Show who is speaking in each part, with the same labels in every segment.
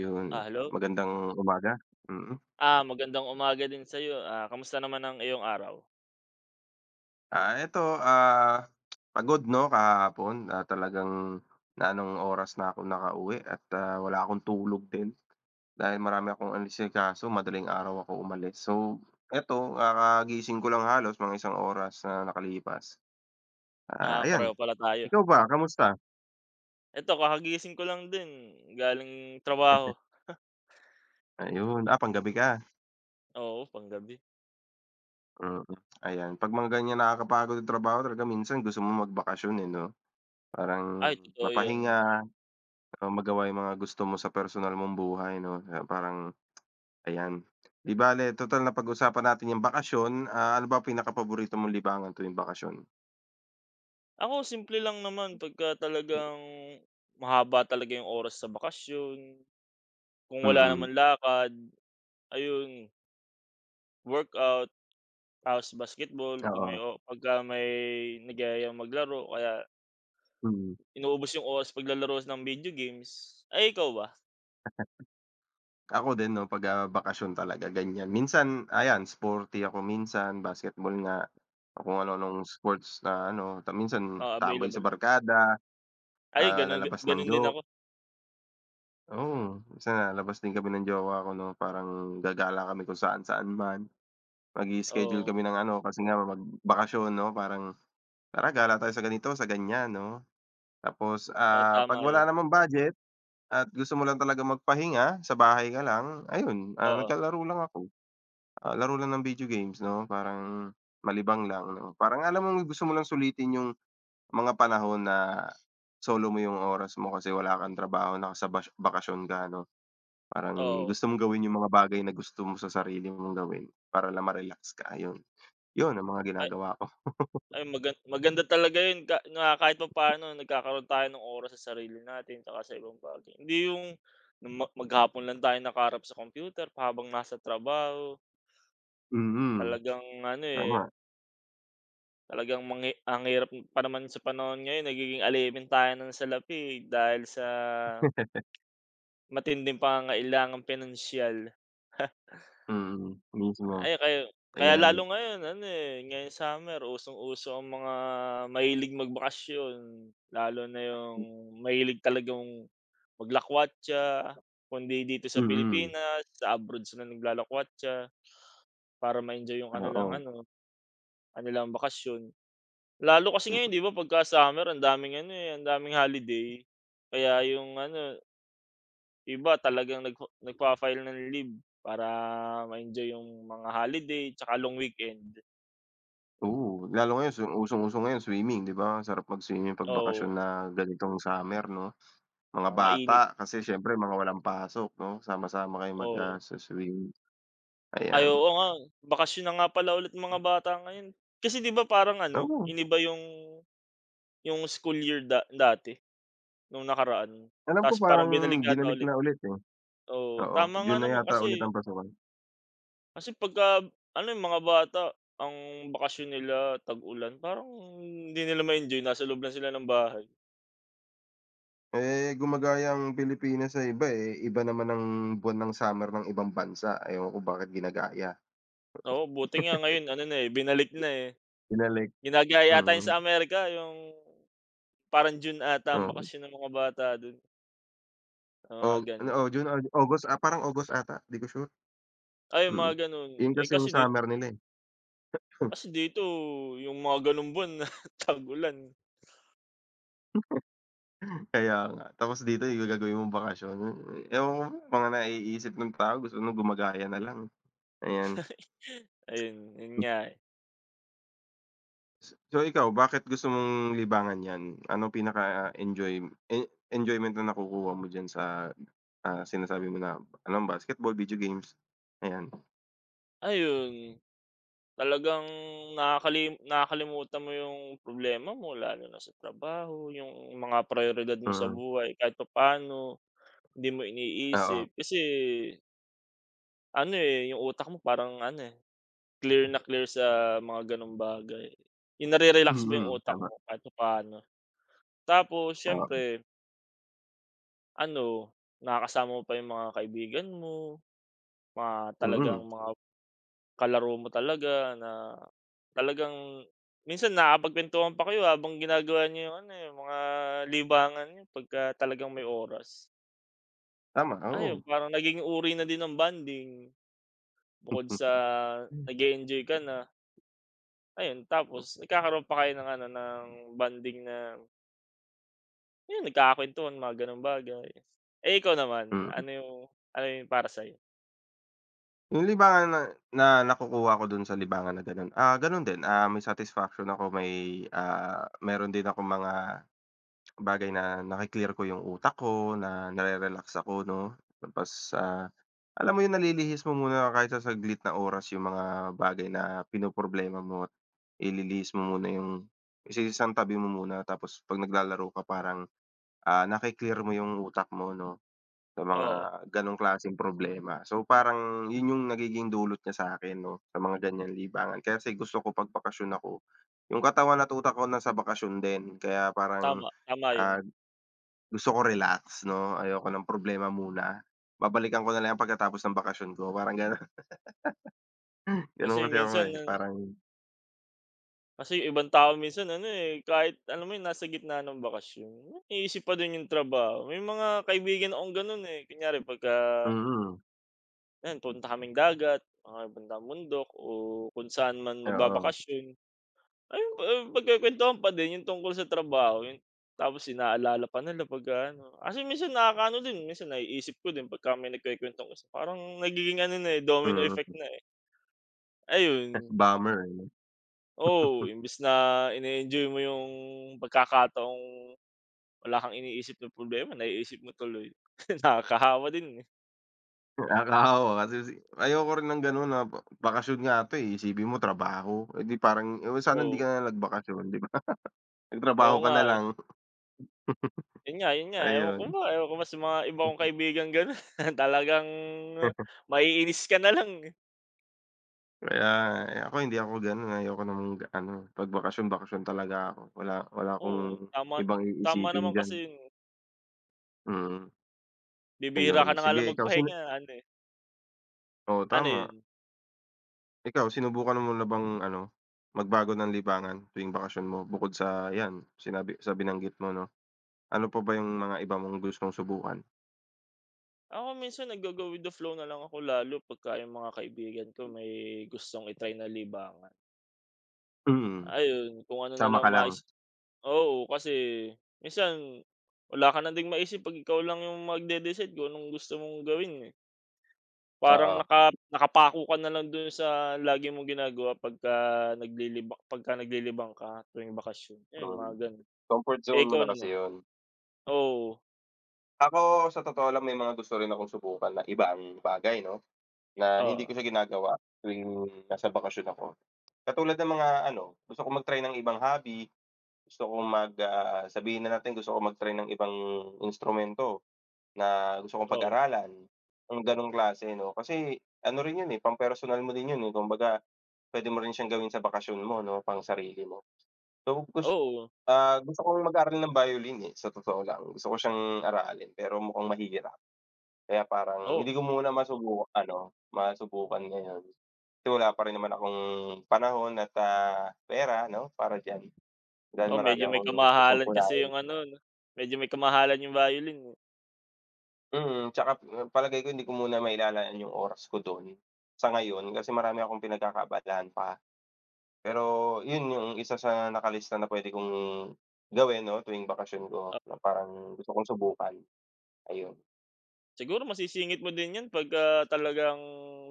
Speaker 1: Yun,
Speaker 2: Ah, hello.
Speaker 1: magandang umaga. Mm.
Speaker 2: Ah, magandang umaga din sa'yo. Ah, kamusta naman ang iyong araw?
Speaker 1: Eto, pagod 'no kahapon, talagang naanong oras na ako nakauwi at, wala akong tulog din dahil marami akong inasikaso, madaling araw ako umalis. So, eto, kagising ko lang halos mga isang oras na nakalipas.
Speaker 2: Ah,
Speaker 1: Ayan,
Speaker 2: pareho pala tayo.
Speaker 1: ikaw ba kamusta?
Speaker 2: Eto kakagising ko lang din galing trabaho.
Speaker 1: Ayun, panggabi ka.
Speaker 2: Oo, panggabi.
Speaker 1: Mm. Ayan, 'pag mga ganyan nakakapagod yung trabaho talaga, minsan gusto mo magbakasyon, eh, 'no? Parang
Speaker 2: Ay, totoo 'yun.
Speaker 1: mapahinga. Oo, magawa yung mga gusto mo sa personal mong buhay 'no, na parang ayan. 'Di bale, total na pag usapan natin yung bakasyon, ano ba pinakapaborito mong libangan tuwing bakasyon?
Speaker 2: Ako simple lang naman pagka talagang mahaba talaga yung oras sa bakasyon, kung wala
Speaker 1: Mm,
Speaker 2: naman lakad, ayun, workout, tapos basketball 'pag may
Speaker 1: oo,
Speaker 2: o pagka may nagyayang maglaro kaya
Speaker 1: mm.
Speaker 2: inuubos yung oras paglalaro ng video games. Ay, ikaw ba?
Speaker 1: Ako din 'no, 'pag, bakasyon talaga ganyan. Minsan ayan, sporty ako minsan, basketball nga, o kung ano nung sports na ano, ta minsan
Speaker 2: Oo,
Speaker 1: tambay sa
Speaker 2: available?
Speaker 1: barkada,
Speaker 2: Ayun
Speaker 1: ah,
Speaker 2: gano'n
Speaker 1: lalabas ng
Speaker 2: gano'n din
Speaker 1: jo
Speaker 2: ako,
Speaker 1: oo, minsan lalabas din kami ng jowa ko 'no, parang gagala kami kung saan-saan man. Mag-i-schedule kami
Speaker 2: oo,
Speaker 1: ng ano, kasi nga magbakasyon 'no, parang, "Tara, gala tayo sa ganito, sa ganyan," 'no? Tapos,
Speaker 2: oo,
Speaker 1: 'pag
Speaker 2: tama
Speaker 1: wala
Speaker 2: 'yun,
Speaker 1: namang budget at gusto mo lang talagang magpahinga, sa bahay ka lang, ayun,
Speaker 2: oo,
Speaker 1: naglalaro lang ako. Laro lang ng video games 'no, parang malibang lang 'no. Parang alam mong gusto mo lang sulitin yung mga panahon na solo mo yung oras mo kasi wala kang trabaho, nasa bakasyon ka 'no. Parang
Speaker 2: oo.
Speaker 1: gusto mong gawin yung mga bagay na gusto mo sa sarili mong gawin para lang ma-relax ka, ayun. Yun ang mga
Speaker 2: Ay
Speaker 1: ginagawa.
Speaker 2: ay, maganda talaga 'yun ka na kahit papaano nagkakaroon tayo ng oras sa sarili natin tsaka sa ibang bagay. Hindi 'yung maghapon lang tayo nakaharap sa computer habang nasa trabaho,
Speaker 1: Mm,
Speaker 2: talagang ano, eh,
Speaker 1: tama.
Speaker 2: talagang ang hirap pa naman sa panahon ngayon nagiging alimin tayo ng salapi dahil sa matinding pangangailangang pinansiyal.
Speaker 1: Mm, mismo,
Speaker 2: Ay, kaya kaya lalo
Speaker 1: ayan.
Speaker 2: ngayon ano, eh, ngayong summer usong-uso ang mga mahilig magbakasyon, lalo na yung mahilig talagang maglakwatsa, kundi dito sa
Speaker 1: Mm,
Speaker 2: Pilipinas, sa abroad sila naglalakwatsa para ma-enjoy yung kanilang
Speaker 1: oo.
Speaker 2: ano, kanilang bakasyon. Lalo kasi
Speaker 1: M
Speaker 2: ngayon 'di ba pagka-summer ang daming ano, eh, ang daming holiday, kaya yung ano, iba talagang nagfa-file ng leave para ma-enjoy yung mga holiday 'tsaka long weekend,
Speaker 1: Oo, lalo ngayon usong-uso ngayon swimming, 'di ba? Sarap mag-swimming 'pag bakasyon
Speaker 2: oo.
Speaker 1: na ganitong summer 'no? Mga
Speaker 2: Ah,
Speaker 1: bata
Speaker 2: mainit,
Speaker 1: kasi siyempre mga walang pasok 'no, sama-sama kayong mag,
Speaker 2: oo.
Speaker 1: swim,
Speaker 2: Ay,
Speaker 1: ayan.
Speaker 2: oo nga, bakasyon na nga pala ulit ng mga bata ngayon. Kasi 'di ba parang ano,
Speaker 1: Oo,
Speaker 2: iniba yung school year dati, nung nakaraan.
Speaker 1: alam ko
Speaker 2: Ta's parang
Speaker 1: parang
Speaker 2: binalik ata
Speaker 1: binalik
Speaker 2: ulit.
Speaker 1: na ulit, eh,
Speaker 2: Oo,
Speaker 1: oo.
Speaker 2: tama nga
Speaker 1: June na
Speaker 2: naman
Speaker 1: yata
Speaker 2: kasi
Speaker 1: ulit ang pasukan.
Speaker 2: kasi pagka ano, yung mga bata ang bakasyon nila tag-ulan, parang hindi nila ma-enjoy, nasa loob lang sila ng bahay.
Speaker 1: Eh, gumagaya ang Pilipinas sa iba, eh, iba naman ang buwan ng summer ng ibang bansa, ewan ko bakit ginagaya.
Speaker 2: Oo, buti nga ngayon ano na, eh, binalik na, eh.
Speaker 1: Binalik.
Speaker 2: Ginagaya yata yun
Speaker 1: Mm.
Speaker 2: sa Amerika, yung parang June ata ang
Speaker 1: Oo,
Speaker 2: bakasyon ng mga bata dun,
Speaker 1: o
Speaker 2: mga
Speaker 1: ano,
Speaker 2: gano'n.
Speaker 1: o June or August, parang August ata, 'di ko sure.
Speaker 2: Ay, yung
Speaker 1: Mm.
Speaker 2: mga gano'n.
Speaker 1: 'Yun
Speaker 2: Eh,
Speaker 1: kasi yung summer nila, eh.
Speaker 2: kasi dito yung mga gano'ng buwan na tag-ulan.
Speaker 1: Kaya nga, tapos dito yung gagawin mong bakasyon, ewan ko ba, mga naiisip ng tao gusto nung gumagaya na lang, ayan.
Speaker 2: Ayun, yun nga, eh.
Speaker 1: So ikaw, bakit gusto mong libangan 'yan? Anong pinaka-enjoy enjoyment na nakukuha mo diyan sa, sinasabi mo na ano, basketball, video games, ayan.
Speaker 2: Ayun, talagang nakakalimutan mo yung problema mo lalo na sa trabaho, yung mga prioridad mo sa
Speaker 1: Mm,
Speaker 2: buhay kahit papaano, hindi mo
Speaker 1: oo,
Speaker 2: iniisip. Kasi ano, eh, yung utak mo parang ano, eh, clear na clear sa mga gano'ng bagay. Yung nare-relax ba yung
Speaker 1: mm,
Speaker 2: utak
Speaker 1: tama,
Speaker 2: mo kahit papaano. Tapos
Speaker 1: oo,
Speaker 2: siyempre ano, nakakasama mo pa yung mga kaibigan mo, mga talagang
Speaker 1: mm,
Speaker 2: mga kalaro mo talaga na talagang minsan nakakapagkuwentuhan pa kayo habang ginagawa niyo yung ano, eh, mga libangan niyo pagka talagang may oras.
Speaker 1: tama,
Speaker 2: Ayun,
Speaker 1: oo.
Speaker 2: parang naging uri na din ng bonding bukod sa nag enjoy ka na, ayun tapos nagkakaroon pa kayo ng ano, ng bonding na yun, nagkakakuwentuhan, mga gano'ng bagay. Eh, ikaw naman,
Speaker 1: Mm.
Speaker 2: ano yung para sa'yo?
Speaker 1: Yung libangan na na nakukuha ko dun sa libangan na ganun, ganun din, may satisfaction ako, may, meron din akong mga bagay na naki-clear ko yung utak ko, na nare-relax ako 'no. Tapos, alam mo yung nalilihis mo muna kahit sa saglit na oras yung mga bagay na pinoproblema mo, at ililihis mo muna yung isisasantabi mo muna, tapos 'pag naglalaro ka parang, naki-clear mo yung utak mo 'no. Sa mga
Speaker 2: Oo,
Speaker 1: gano'ng klaseng problema. So, parang 'yun yung nagiging dulot niya sa akin, 'no, sa mga ganiyang libangan. Kasi gusto ko 'pag bakasyon ako, yung katawan at utak ko nasa bakasyon din. Kaya parang,
Speaker 2: tama, tama
Speaker 1: ah,
Speaker 2: yun.
Speaker 1: gusto ko relax 'no, ayoko ng problema muna. Babalikan ko na lang pagkatapos ng bakasyon ko, parang gano'n. Gano'n
Speaker 2: Kasi
Speaker 1: kasi ako,
Speaker 2: minsan
Speaker 1: eh,
Speaker 2: ano
Speaker 1: parang.
Speaker 2: kasi yung ibang tao minsan ano, eh, kahit alam mo yun nasa gitna ng bakasyon, iniisip pa din yung trabaho. May mga kaibigan akong ganun, eh, kunyari pagka
Speaker 1: Mm,
Speaker 2: ayan punta kaming dagat, mga bandang bundok o kung saan man
Speaker 1: oo,
Speaker 2: magbabakasyon, ayun, ah, magkukuwentuhan pa din yung tungkol sa trabaho, yun tapos inaalala pa nila pagka ano kasi minsan nakakaano din, minsan naiisip ko din pagka may nagkukuwentong isa parang nagiging ano na, eh, domino effect
Speaker 1: mm.
Speaker 2: na, eh, ayun.
Speaker 1: Bummer, eh, no.
Speaker 2: Oo, imbes na ine-enjoy mo yung pagkakataong wala kang iniisip na problema, naiisip mo tuloy. Nakakahawa din, eh.
Speaker 1: Nakakaawa kasi si, ayoko rin ng gano'n. Na bakasyon nga 'to, eh, isipin mo trabaho, eh, di parang, eh, well, sana hindi
Speaker 2: Oo,
Speaker 1: ka na nagbakasyon, di ba?
Speaker 2: oo
Speaker 1: Nagtrabaho ka
Speaker 2: nga,
Speaker 1: na
Speaker 2: eh.
Speaker 1: lang,
Speaker 2: Yun nga,
Speaker 1: ayun.
Speaker 2: ewan ko ba sa mga iba kong kaibigang gano'n, talagang maiinis ka na lang, eh.
Speaker 1: Kaya eh, ako hindi ako gano'n, ayoko ng ano. 'Pag bakasyon, bakasyon talaga ako, wala wala akong
Speaker 2: Oo, tama
Speaker 1: ibang
Speaker 2: tama
Speaker 1: iisipin
Speaker 2: naman
Speaker 1: diyan.
Speaker 2: kasi yun, eh.
Speaker 1: Mm.
Speaker 2: Bibihira
Speaker 1: Ayun,
Speaker 2: ka na nga
Speaker 1: sige,
Speaker 2: lang
Speaker 1: ikaw
Speaker 2: magpahinga ano, eh.
Speaker 1: oo,
Speaker 2: Ano
Speaker 1: tama.
Speaker 2: yun?
Speaker 1: Ikaw, sinubukan mo na bang ano, magbago ng libangan tuwing bakasyon mo bukod sa 'yan, sinabi sa binanggit mo 'no? Ano pa ba yung mga iba mong gustong subukan?
Speaker 2: Ako minsan naggo-go with the flow na lang ako lalo pagka yung mga kaibigan ko may gustong i-try na libangan.
Speaker 1: Mm,
Speaker 2: Ayun, kung ano na
Speaker 1: sama
Speaker 2: lang
Speaker 1: ka lang.
Speaker 2: mais. Oo, kasi minsan wala ka na ding maisip 'pag ikaw lang yung magde-decide kung anong gusto mong gawin, eh. Parang
Speaker 1: Oo,
Speaker 2: nakapako ka na lang dun sa lagi mong ginagawa pagka naglilibang ka tuwing bakasyon, eh mga
Speaker 1: mm.
Speaker 2: gano'n.
Speaker 1: Comfort
Speaker 2: Eh,
Speaker 1: zone mo
Speaker 2: ikaw
Speaker 1: na kasi
Speaker 2: naman?
Speaker 1: 'yun.
Speaker 2: Oo,
Speaker 1: Ako sa totoo lang may mga gusto rin akong subukan na ibang bagay 'no, na hindi ko
Speaker 2: oo,
Speaker 1: siya ginagawa tuwing nasa bakasyon ako. Katulad ng mga ano, gusto kong mag-try ng ibang hobby, gusto kong sabihin na natin gusto kong mag-try ng ibang instrumento na gusto kong
Speaker 2: oo,
Speaker 1: pag-aralan, yung gano'ng klase 'no. Kasi ano rin 'yun, eh, pampersonal mo din 'yun, eh, kumbaga puwede mo rin siyang gawin sa bakasyon mo 'no, pangsarili mo. So,
Speaker 2: oo,
Speaker 1: gusto kong mag-aral ng violin, eh, sa totoo lang. Gusto ko siyang aralin pero mukhang mahirap. Kaya parang
Speaker 2: oo,
Speaker 1: hindi ko muna masubukan ngayon. Kasi wala pa rin naman akong panahon at, pera 'no, para diyan. Dahil
Speaker 2: oo,
Speaker 1: marami
Speaker 2: medyo may
Speaker 1: akong gustong
Speaker 2: kamahalan kasi
Speaker 1: unahin.
Speaker 2: yung ano 'no, medyo may kamahalan yung violin, eh.
Speaker 1: Mm, tsaka eh, palagay ko hindi ko muna mailalaan yung oras ko dun sa ngayon kasi marami akong pinagkakaabalahan pa. Pero yun yung isa sa nakalista na puwede kong gawin 'no, tuwing bakasyon
Speaker 2: Ah,
Speaker 1: ko na parang gusto kong subukan. Ayun.
Speaker 2: siguro masisingit mo din 'yan pagka talagang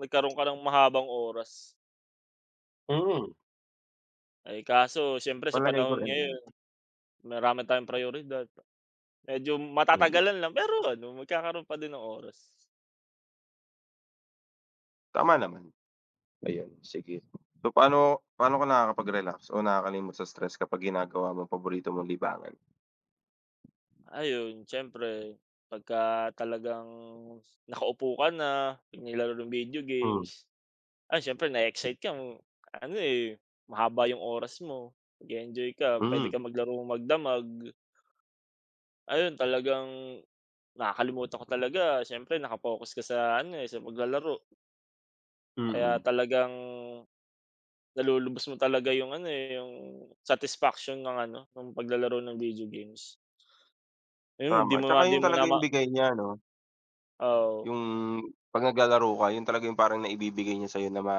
Speaker 2: nagkaroon ka ng mahabang oras.
Speaker 1: Mm,
Speaker 2: Eh, kaso siyempre sa
Speaker 1: palagay ko
Speaker 2: panahon
Speaker 1: rin.
Speaker 2: ngayon marami tayong prayoridad. Medyo
Speaker 1: Mm,
Speaker 2: matatagalan lang pero ano, magkakaroon pa din ng oras.
Speaker 1: tama naman. Ayun, sige. So, paano paano ka nakakapag-relax o nakakalimot sa stress kapag ginagawa mong paborito mong libangan?
Speaker 2: Ayun, siyempre pagka talagang nakaupo ka na, naglalaro ng video
Speaker 1: Hmm.
Speaker 2: games, ah, siyempre na-e-excite ka ano, eh, mahaba yung oras mo, nag enjoy ka, pwede
Speaker 1: Hmm.
Speaker 2: ka maglaro magdamag. Ayun, talagang nakakalimutan ko talaga siyempre focus ka sa ano, eh, sa paglalaro kaya
Speaker 1: Mm.
Speaker 2: talagang nalulubos mo talaga yung ano, eh, yung satisfaction ng ano, ng paglalaro ng video games. Ayun, hindi
Speaker 1: Tama,
Speaker 2: mo nga
Speaker 1: tsaka yun
Speaker 2: din mo na
Speaker 1: talaga
Speaker 2: ma.
Speaker 1: yung bigay niya 'no,
Speaker 2: Oo,
Speaker 1: yung 'pag naglalaro ka, yun talaga yung parang naibibigay niya sa'yo, na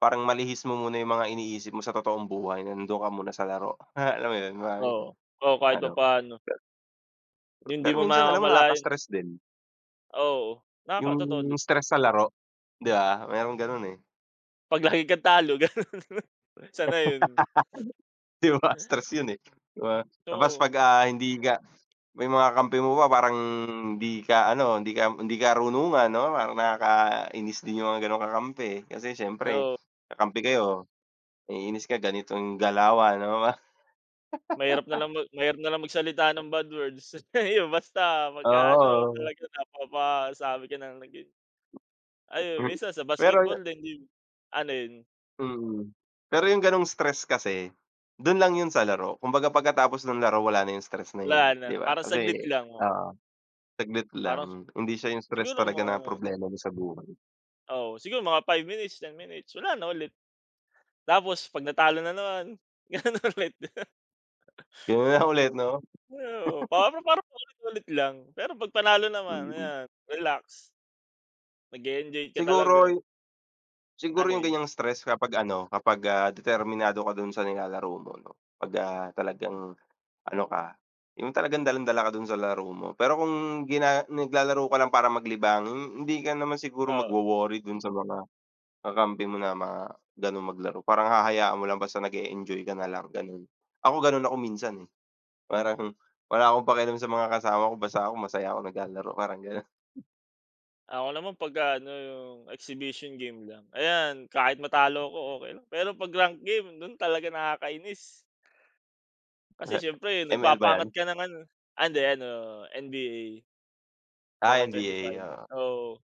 Speaker 1: parang malihis mo muna yung mga iniisip mo sa totoong buhay, na nandun ka muna sa laro. Alam mo yun, parang
Speaker 2: oo, oo, kahit
Speaker 1: ano.
Speaker 2: papaano.
Speaker 1: Pero
Speaker 2: Yung hindi
Speaker 1: Pero
Speaker 2: mo
Speaker 1: minsan alam mo
Speaker 2: namamalayan
Speaker 1: nakaka-stress din,
Speaker 2: oo,
Speaker 1: yung
Speaker 2: nakaka totoo din.
Speaker 1: stress sa laro, 'di ba? Merong ganun, eh.
Speaker 2: 'Pag lagi kang talo gano'n. Sana yun.
Speaker 1: 'Di ba stress yun, eh, 'di ba? Tapos
Speaker 2: Oo,
Speaker 1: 'pag, hindi ka, may mga kampi mo pa parang hindi ka ano, hindi ka hindi karunungan 'no, parang nakakainis din yung mga gano'ng kakampi, eh. Kasi siyempre
Speaker 2: oo,
Speaker 1: kakampi kayo, naiinis ka ganitong galawan 'no.
Speaker 2: mahirap na lang magsalita ng bad words. Ayun, basta pagka ano,
Speaker 1: Oo.
Speaker 2: talaga napapasabi ka ng naging ayun,
Speaker 1: Hmm.
Speaker 2: minsan sa
Speaker 1: Pero
Speaker 2: basketball din, 'di ano yun,
Speaker 1: mm. Pero yung gano'ng stress kasi, dun lang yun sa laro. Kumbaga pagkatapos ng laro wala na yung stress na
Speaker 2: wala
Speaker 1: yun, eh,
Speaker 2: na,
Speaker 1: 'di ba?
Speaker 2: parang
Speaker 1: Kasi
Speaker 2: saglit lang, oo.
Speaker 1: oo, saglit
Speaker 2: Parang
Speaker 1: lang. Hindi siya yung stress
Speaker 2: siguro
Speaker 1: talaga na
Speaker 2: mga
Speaker 1: problema mo sa buhay.
Speaker 2: oo, siguro mga five minutes, ten minutes, wala na ulit. Tapos 'pag natalo na naman, gano'n ulit.
Speaker 1: Ganun na ulit 'no?
Speaker 2: Oo, parang paulit-ulit lang. Pero 'pag panalo naman,
Speaker 1: Mm.
Speaker 2: ayan, relax, nag-e-enjoy ka talaga.
Speaker 1: Siguro Siguro
Speaker 2: Ano
Speaker 1: yung
Speaker 2: 'yun?
Speaker 1: ganyang stress kapag ano, kapag, determinado ka dun sa nilalaro mo 'no, 'pag, talagang ano ka, yung talagang dalang-dala ka dun sa laro mo. Pero kung naglalaro ka lang para maglibang, hindi ka naman siguro
Speaker 2: Oo.
Speaker 1: magwo-worry dun sa mga kakampi mo na mga ganong maglaro. Parang hahayaan mo lang basta nag-e-enjoy ka na lang, ganun. Ako ganun ako minsan, eh, parang wala akong pakialam sa mga kasama ko basta ako masaya ako naglalaro, parang gano'n.
Speaker 2: Ako naman pagka ano, yung exhibition game lang, ayan, kahit matalo ko okay lang. Pero 'pag rank game, do'n talaga nakakainis. Kasi siyempre
Speaker 1: ML ba
Speaker 2: nagpapaangat
Speaker 1: 'yan?
Speaker 2: ka ng ano ah, hindi ano, NBA 2
Speaker 1: Ah,
Speaker 2: k five
Speaker 1: NBA, oo.
Speaker 2: oo.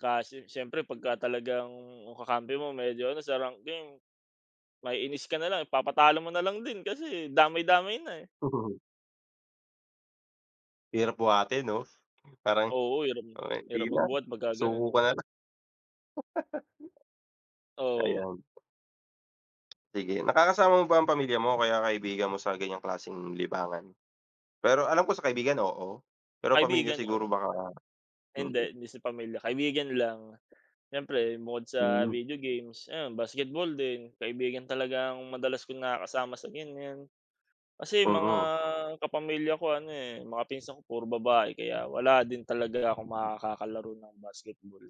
Speaker 2: Kasi siyempre pagka talagang yung kakampi mo medyo ano sa rank game, maiinis ka na lang, ipapatalo mo na lang din kasi damay-damay na, eh.
Speaker 1: Hirap buhatin 'no? Parang,
Speaker 2: Oo, hirap
Speaker 1: okey di
Speaker 2: hirap
Speaker 1: na,
Speaker 2: magbuhat pagka
Speaker 1: suko
Speaker 2: gano'n.
Speaker 1: ka na lang,
Speaker 2: Oo,
Speaker 1: ayan. Sige, nakakasama mo ba ang pamilya mo o kaya kaibigan mo sa ganyang klaseng libangan? Pero alam ko sa kaibigan, oo. Pero pamilya
Speaker 2: kaibigan,
Speaker 1: siguro
Speaker 2: oo.
Speaker 1: baka. Mm,
Speaker 2: Hindi, hindi sa pamilya, kaibigan lang. Siyempre bukod sa
Speaker 1: hmm,
Speaker 2: video games, ayan basketball din, kaibigan talaga ang madalas ko nakakasama sa ganiyan. Kasi mga
Speaker 1: mm.
Speaker 2: kapamilya ko ano, eh, mga pinsan ko puro babae kaya wala din talaga akong makakakalaro ng basketball.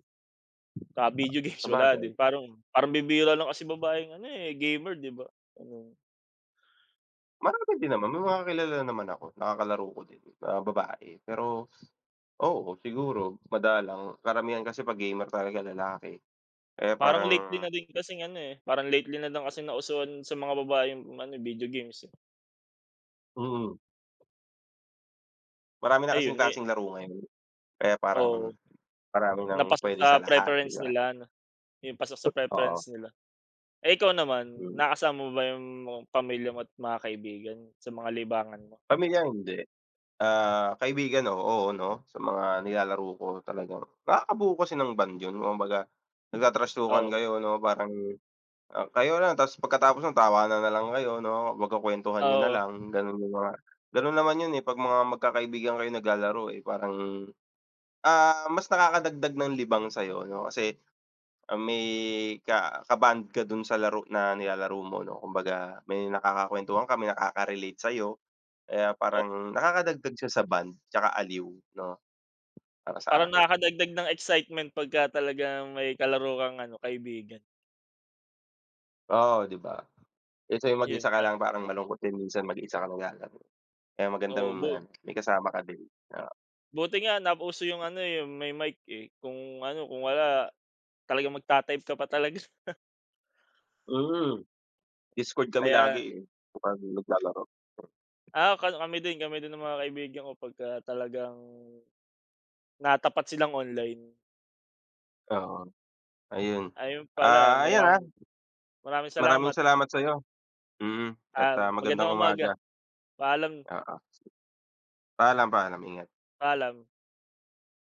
Speaker 2: Ah, video games wala din
Speaker 1: Sabagay,
Speaker 2: parang parang bibira lang kasi babaeng ano, eh, gamer 'di ba? Ano,
Speaker 1: marami din naman, may mga kilala naman ako, nakakalaro ko din na babae. Pero oo, siguro madalang, karamihan kasi 'pag gamer talaga lalaki. Kaya
Speaker 2: parang lately
Speaker 1: parang
Speaker 2: na din kasing ano, eh, parang lately na lang kasing nauso sa mga babae yung ano, video games, eh.
Speaker 1: mm, marami na kasing
Speaker 2: Ayun, eh
Speaker 1: klaseng laro ngayon, kaya parang
Speaker 2: oo,
Speaker 1: marami
Speaker 2: na
Speaker 1: ng
Speaker 2: pasok
Speaker 1: puwede
Speaker 2: sa
Speaker 1: sa lahat, di
Speaker 2: preference
Speaker 1: ba?
Speaker 2: nila ano, yung pasok sa
Speaker 1: Oo.
Speaker 2: preference nila. Eh, ikaw naman,
Speaker 1: Hmm,
Speaker 2: nakasama mo ba yung mga pamilya mo at mga kaibigan sa mga libangan mo?
Speaker 1: pamilya hindi. Ah, kaibigan, oo, 'no. Sa mga nilalaro ko talagang nakakabuo kasi ng bond 'yun, kumbaga nagtatrastukan
Speaker 2: Oo,
Speaker 1: kayo, 'no, parang, kayo lang tapos pagkatapos nun tawanan na lang kayo, 'no, magkukuwentuhan niyo na
Speaker 2: oo,
Speaker 1: lang, gano'n yung mga gano'n naman 'yun, eh, 'pag mga magkakaibigan kayo naglalaro, eh, parang, mas nakakadagdag ng libang sa'yo, 'no, kasi, may ka-bond ka dun sa laro na nilalaro mo, 'no, kumbaga may nakakakuwentuhan ka, may nakaka-relate sa'yo. Kaya
Speaker 2: oo,
Speaker 1: parang nakakadagdag siya sa bond tsaka aliw 'no, para sa
Speaker 2: parang
Speaker 1: akin.
Speaker 2: nakakadagdag ng excitement pagka talagang may kalaro kang ano, kaibigan.
Speaker 1: Oo, 'di ba? Eh, sa'yo
Speaker 2: Yun,
Speaker 1: mag-isa ka
Speaker 2: parang
Speaker 1: lang parang malungkot din minsan mag-isa ka naglalaro. Kaya maganda
Speaker 2: oo,
Speaker 1: yung
Speaker 2: bu
Speaker 1: na may kasama ka din, oo.
Speaker 2: Buti nga nauso yung ano, eh, yung may mic, eh. Kung ano, kung wala talagang magta-type ka pa talaga.
Speaker 1: Mm, Discord kami
Speaker 2: Kaya
Speaker 1: lagi, eh, kapag naglalaro.
Speaker 2: ah, ka kami din ng mga kaibigan ko pagka talagang natapat silang online.
Speaker 1: Oo, ayun.
Speaker 2: Ayun pala,
Speaker 1: Ah, ayan,
Speaker 2: maram maraming
Speaker 1: maraming
Speaker 2: salamat,
Speaker 1: salamat sa'yo. Mm, at,
Speaker 2: ah,
Speaker 1: magandang
Speaker 2: magandang umaga.
Speaker 1: umaga.
Speaker 2: Paalam,
Speaker 1: Oo, paalam, paalam, ingat.
Speaker 2: paalam.